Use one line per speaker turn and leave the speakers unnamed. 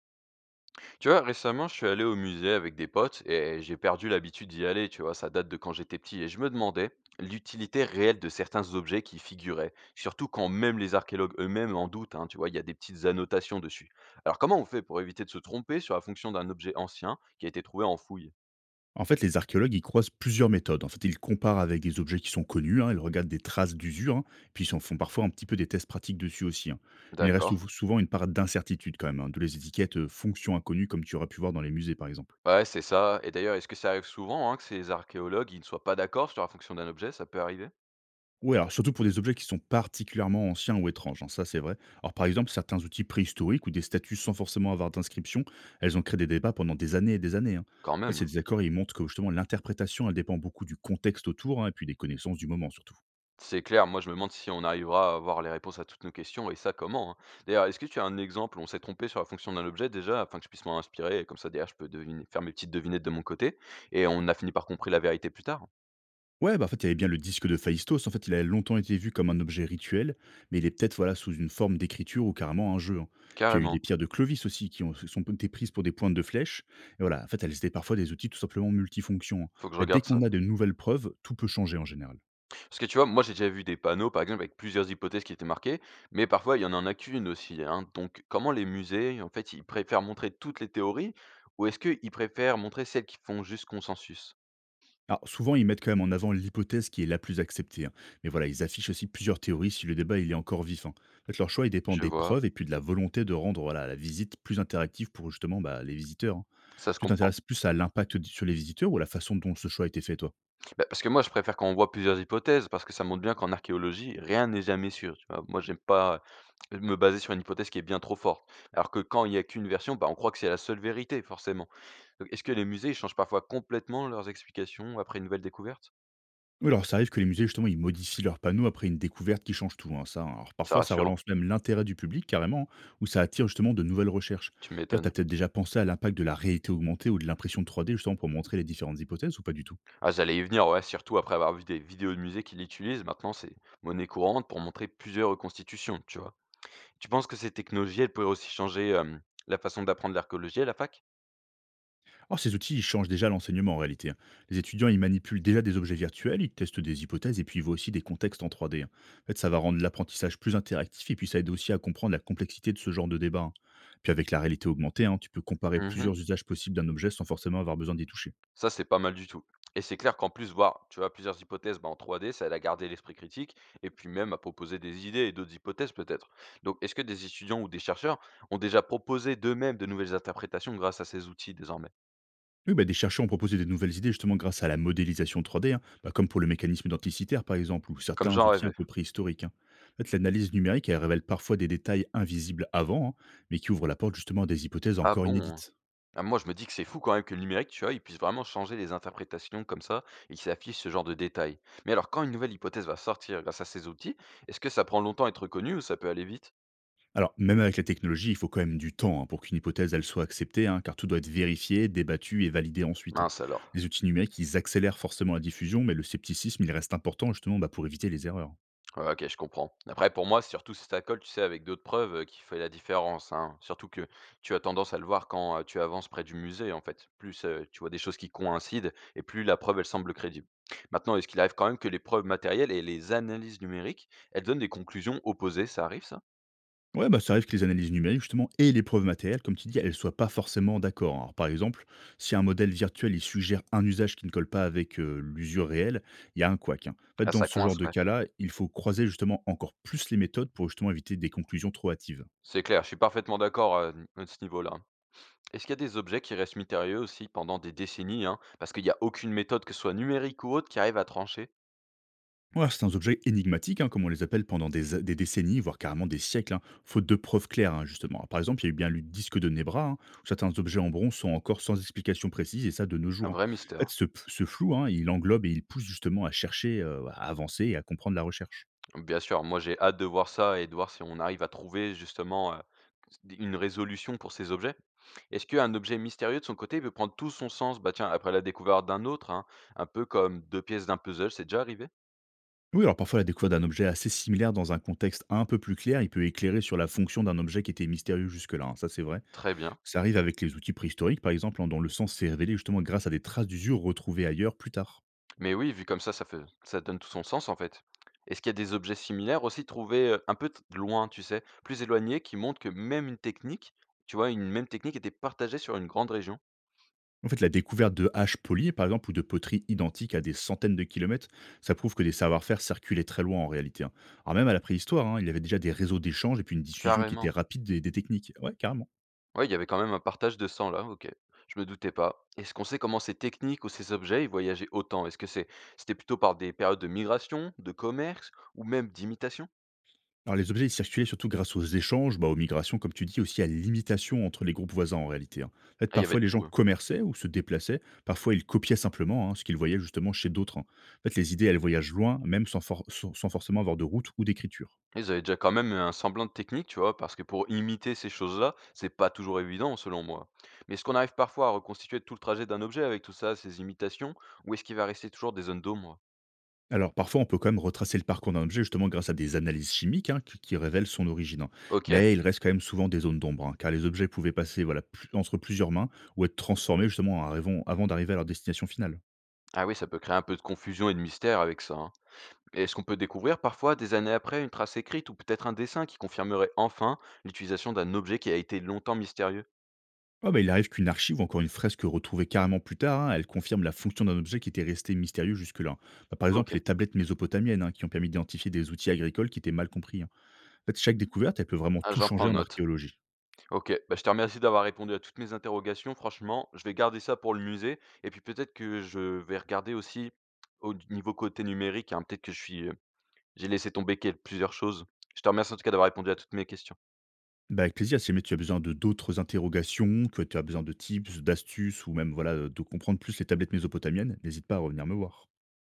Tu vois, récemment, je suis allé au musée avec des potes et j'ai perdu l'habitude d'y aller, tu vois, ça date de quand j'étais petit et je me demandais l'utilité réelle de certains objets qui y figuraient, surtout quand même les archéologues eux-mêmes en doutent, hein, tu vois, il y a des petites annotations dessus. Alors comment on fait pour éviter de se tromper sur la fonction d'un objet ancien qui a été trouvé en fouille?
En fait, les archéologues, ils croisent plusieurs méthodes. En fait, ils comparent avec des objets qui sont connus, hein, ils regardent des traces d'usure, hein, puis ils en font parfois un petit peu des tests pratiques dessus aussi. Hein. Mais il reste
D'accord.
souvent une part d'incertitude quand même, hein, d'où les étiquettes fonction inconnue, comme tu aurais pu voir dans les musées par exemple.
Ouais, c'est ça. Et d'ailleurs, est-ce que ça arrive souvent hein, que ces archéologues ils ne soient pas d'accord sur la fonction d'un objet? Ça peut arriver?
Oui, alors surtout pour des objets qui sont particulièrement anciens ou étranges, hein, ça c'est vrai. Alors par exemple, certains outils préhistoriques ou des statues sans forcément avoir d'inscription, elles ont créé des débats pendant des années et des années. Hein.
Quand
En fait,
même.
ces désaccords, ils montrent que justement l'interprétation, elle dépend beaucoup du contexte autour, hein, et puis des connaissances du moment surtout.
C'est clair, moi je me demande si on arrivera à avoir les réponses à toutes nos questions et ça comment, hein. D'ailleurs, est-ce que tu as un exemple où on s'est trompé sur la fonction d'un objet déjà afin que je puisse m'en inspirer et comme ça derrière je peux deviner, faire mes petites devinettes de mon côté et on a fini par comprendre la vérité plus tard?
Ouais, bah, en fait, il y avait bien le disque de Phaistos. En fait, il a longtemps été vu comme un objet rituel, mais il est peut-être voilà, sous une forme d'écriture ou carrément un jeu. Hein. Puis il y a eu
Carrément,
les pierres de Clovis aussi, qui ont, sont été prises pour des pointes de flèches. Et voilà, en fait, elles étaient parfois des outils tout simplement multifonctions. Hein.
faut que
En
je
fait, dès
regarde ça.
qu'on a de nouvelles preuves, tout peut changer en général.
Parce que tu vois, moi j'ai déjà vu des panneaux par exemple avec plusieurs hypothèses qui étaient marquées, mais parfois il y en a qu'une aussi, hein. Donc comment les musées, en fait, ils préfèrent montrer toutes les théories ou est-ce qu'ils préfèrent montrer celles qui font juste consensus?
Alors, souvent, ils mettent quand même en avant l'hypothèse qui est la plus acceptée. Hein. Mais voilà, ils affichent aussi plusieurs théories si le débat il est encore vif. Hein. En fait, leur choix il dépend
Je
des
vois,
preuves et puis de la volonté de rendre voilà, la visite plus interactive pour justement bah, les visiteurs. Hein.
ça se
Tu
comprend.
t'intéresses plus à l'impact d sur les visiteurs ou à la façon dont ce choix a été fait, toi?
Bah, parce que moi, je préfère quand on voit plusieurs hypothèses, parce que ça montre bien qu'en archéologie, rien n'est jamais sûr, tu vois? Moi, j'aime pas, me baser sur une hypothèse qui est bien trop forte. Alors que quand il y a qu'une version, bah, on croit que c'est la seule vérité, forcément. Donc est-ce que les musées, ils changent parfois complètement leurs explications après une nouvelle découverte?
Oui, alors ça arrive que les musées, justement, ils modifient leurs panneaux après une découverte qui change tout, hein, ça. Hein. Alors
C'est
parfois, ça
rassurant,
relance même l'intérêt du public carrément, hein, ou ça attire justement de nouvelles recherches.
tu
D'ailleurs, tu as
m'étonnes.
peut-être déjà pensé à l'impact de la réalité augmentée ou de l'impression 3D, justement, pour montrer les différentes hypothèses ou pas du tout?
Ah, j'allais y venir, ouais, surtout après avoir vu des vidéos de musées qui l'utilisent, maintenant c'est monnaie courante pour montrer plusieurs reconstitutions, tu vois? Tu penses que ces technologies, elles pourraient aussi changer, la façon d'apprendre l'archéologie à la fac?
Or, ces outils, ils changent déjà l'enseignement en réalité. Hein. Les étudiants, ils manipulent déjà des objets virtuels, ils testent des hypothèses et puis ils voient aussi des contextes en 3D. Hein. En fait, ça va rendre l'apprentissage plus interactif et puis ça aide aussi à comprendre la complexité de ce genre de débat. Hein. Puis avec la réalité augmentée, hein, tu peux comparer
Mmh.
plusieurs usages possibles d'un objet sans forcément avoir besoin d'y toucher.
Ça, c'est pas mal du tout et c'est clair qu'en plus voir, tu vois, plusieurs hypothèses, bah, en 3D, ça aide à garder l'esprit critique et puis même à proposer des idées et d'autres hypothèses peut-être. Donc est-ce que des étudiants ou des chercheurs ont déjà proposé d'eux-mêmes de nouvelles interprétations grâce à ces outils désormais?
Oui, bah, des chercheurs ont proposé des nouvelles idées justement grâce à la modélisation 3D, hein, bah, comme pour le mécanisme identitaire par exemple, ou
Comme
certains
j'en
outils un
rêvais.
peu préhistoriques. Hein. En fait, l'analyse numérique, elle révèle parfois des détails invisibles avant, hein, mais qui ouvrent la porte justement à des hypothèses
Ah
encore
bon?
inédites.
Ah, moi je me dis que c'est fou quand même que le numérique, tu vois, il puisse vraiment changer les interprétations comme ça et qu'il s'affiche ce genre de détails. Mais alors quand une nouvelle hypothèse va sortir grâce à ces outils, est-ce que ça prend longtemps à être reconnu ou ça peut aller vite?
Alors, même avec la technologie, il faut quand même du temps, hein, pour qu'une hypothèse elle soit acceptée, hein, car tout doit être vérifié, débattu et validé ensuite. Hein.
Mince alors.
Les outils numériques, ils accélèrent forcément la diffusion, mais le scepticisme, il reste important justement bah, pour éviter les erreurs.
Ouais, OK, je comprends. Après pour moi, surtout si ça colle, tu sais, avec d'autres preuves, qui fait la différence, hein. Surtout que tu as tendance à le voir quand, tu avances près du musée, en fait. Plus, tu vois des choses qui coïncident et plus la preuve, elle semble crédible. Maintenant, est-ce qu'il arrive quand même que les preuves matérielles et les analyses numériques, elles donnent des conclusions opposées? Ça arrive ça?
Ouais, bah, ça arrive que les analyses numériques, justement, et les preuves matérielles, comme tu dis, elles ne soient pas forcément d'accord. Hein. Alors, par exemple, si un modèle virtuel il suggère un usage qui ne colle pas avec l'usure réelle, il y a un couac. Hein. En fait,
Ah
dans
ça
ce genre
coince,
de
ouais.
cas-là, il faut croiser justement encore plus les méthodes pour justement éviter des conclusions trop hâtives.
C'est clair, je suis parfaitement d'accord, à ce niveau-là, hein. Est-ce qu'il y a des objets qui restent mystérieux aussi pendant des décennies, hein? Parce qu'il y a aucune méthode, que ce soit numérique ou autre, qui arrive à trancher?
Ouais, c'est un objet énigmatique, hein, comme on les appelle pendant des, des décennies, voire carrément des siècles, hein, faute de preuves claires, hein, justement. Par exemple, il y a eu bien le disque de Nebra, hein, où certains objets en bronze sont encore sans explication précise, et ça de nos
Un
jours. Hein.
vrai
En fait,
mystère.
ce flou, hein, il englobe et il pousse justement à chercher, à avancer et à comprendre la recherche.
Bien sûr, moi j'ai hâte de voir ça et de voir si on arrive à trouver justement, une résolution pour ces objets. Est-ce qu'un objet mystérieux de son côté peut prendre tout son sens, bah, tiens, après la découverte d'un autre, hein, un peu comme 2 pièces d'un puzzle, c'est déjà arrivé?
Oui, alors parfois la découverte d'un objet assez similaire dans un contexte un peu plus clair, il peut éclairer sur la fonction d'un objet qui était mystérieux jusque-là, hein, ça c'est vrai.
Très bien.
Ça arrive avec les outils préhistoriques, par exemple, hein, dont le sens s'est révélé justement grâce à des traces d'usure retrouvées ailleurs plus tard.
Mais oui, vu comme ça fait ça donne tout son sens en fait. Est-ce qu'il y a des objets similaires aussi trouvés, un peu t loin, tu sais, plus éloignés qui montrent que même une technique, tu vois, une même technique était partagée sur une grande région?
En fait, la découverte de haches polies, par exemple, ou de poteries identiques à des centaines de kilomètres, ça prouve que des savoir-faire circulaient très loin en réalité. Hein. Alors même à la préhistoire, hein, il y avait déjà des réseaux d'échanges et puis une diffusion qui était
Carrément.
rapide des techniques. Ouais, carrément.
Ouais, il y avait quand même un partage de sang là, OK. Je me doutais pas. Est-ce qu'on sait comment ces techniques ou ces objets, ils voyageaient autant? Est-ce que c'était plutôt par des périodes de migration, de commerce ou même d'imitation?
Alors les objets ils circulaient surtout grâce aux échanges, bah, aux migrations, comme tu dis, aussi à l'imitation entre les groupes voisins en réalité. Hein. En fait,
Ah, il y avait
parfois les gens
tout, hein.
commerçaient ou se déplaçaient, parfois ils copiaient simplement, hein, ce qu'ils voyaient justement chez d'autres. Hein. En fait, les idées, elles voyagent loin, même sans forcément avoir de route ou d'écriture.
Ils avaient déjà quand même un semblant de technique, tu vois, parce que pour imiter ces choses-là, c'est pas toujours évident selon moi. Mais est-ce qu'on arrive parfois à reconstituer tout le trajet d'un objet avec tout ça, ces imitations, ou est-ce qu'il va rester toujours des zones d'ombre?
Alors parfois, on peut quand même retracer le parcours d'un objet justement grâce à des analyses chimiques, hein, qui révèlent son origine. Hein.
OK.
Mais il reste quand même souvent des zones d'ombre, hein, car les objets pouvaient passer voilà, entre plusieurs mains ou être transformés justement en avant d'arriver à leur destination finale.
Ah oui, ça peut créer un peu de confusion et de mystère avec ça, hein. Et est-ce qu'on peut découvrir parfois, des années après, une trace écrite ou peut-être un dessin qui confirmerait enfin l'utilisation d'un objet qui a été longtemps mystérieux?
Ah bah, il arrive qu'une archive ou encore une fresque retrouvée carrément plus tard, hein, elle confirme la fonction d'un objet qui était resté mystérieux jusque-là. Bah, par exemple,
OK,
les tablettes mésopotamiennes, hein, qui ont permis d'identifier des outils agricoles qui étaient mal compris. Hein. En fait, chaque découverte, elle peut vraiment
ah,
tout
j'en
changer
prends
en
note.
archéologie.
OK, bah, je te remercie d'avoir répondu à toutes mes interrogations. Franchement, je vais garder ça pour le musée et puis peut-être que je vais regarder aussi au niveau côté numérique, hein, peut-être que je suis, j'ai laissé tomber quel plusieurs choses. Je te remercie en tout cas d'avoir répondu à toutes mes questions.
Bah, avec plaisir, si jamais tu as besoin de d'autres interrogations, que tu as besoin de tips, d'astuces ou même voilà, de comprendre plus les tablettes mésopotamiennes, n'hésite pas à revenir me voir.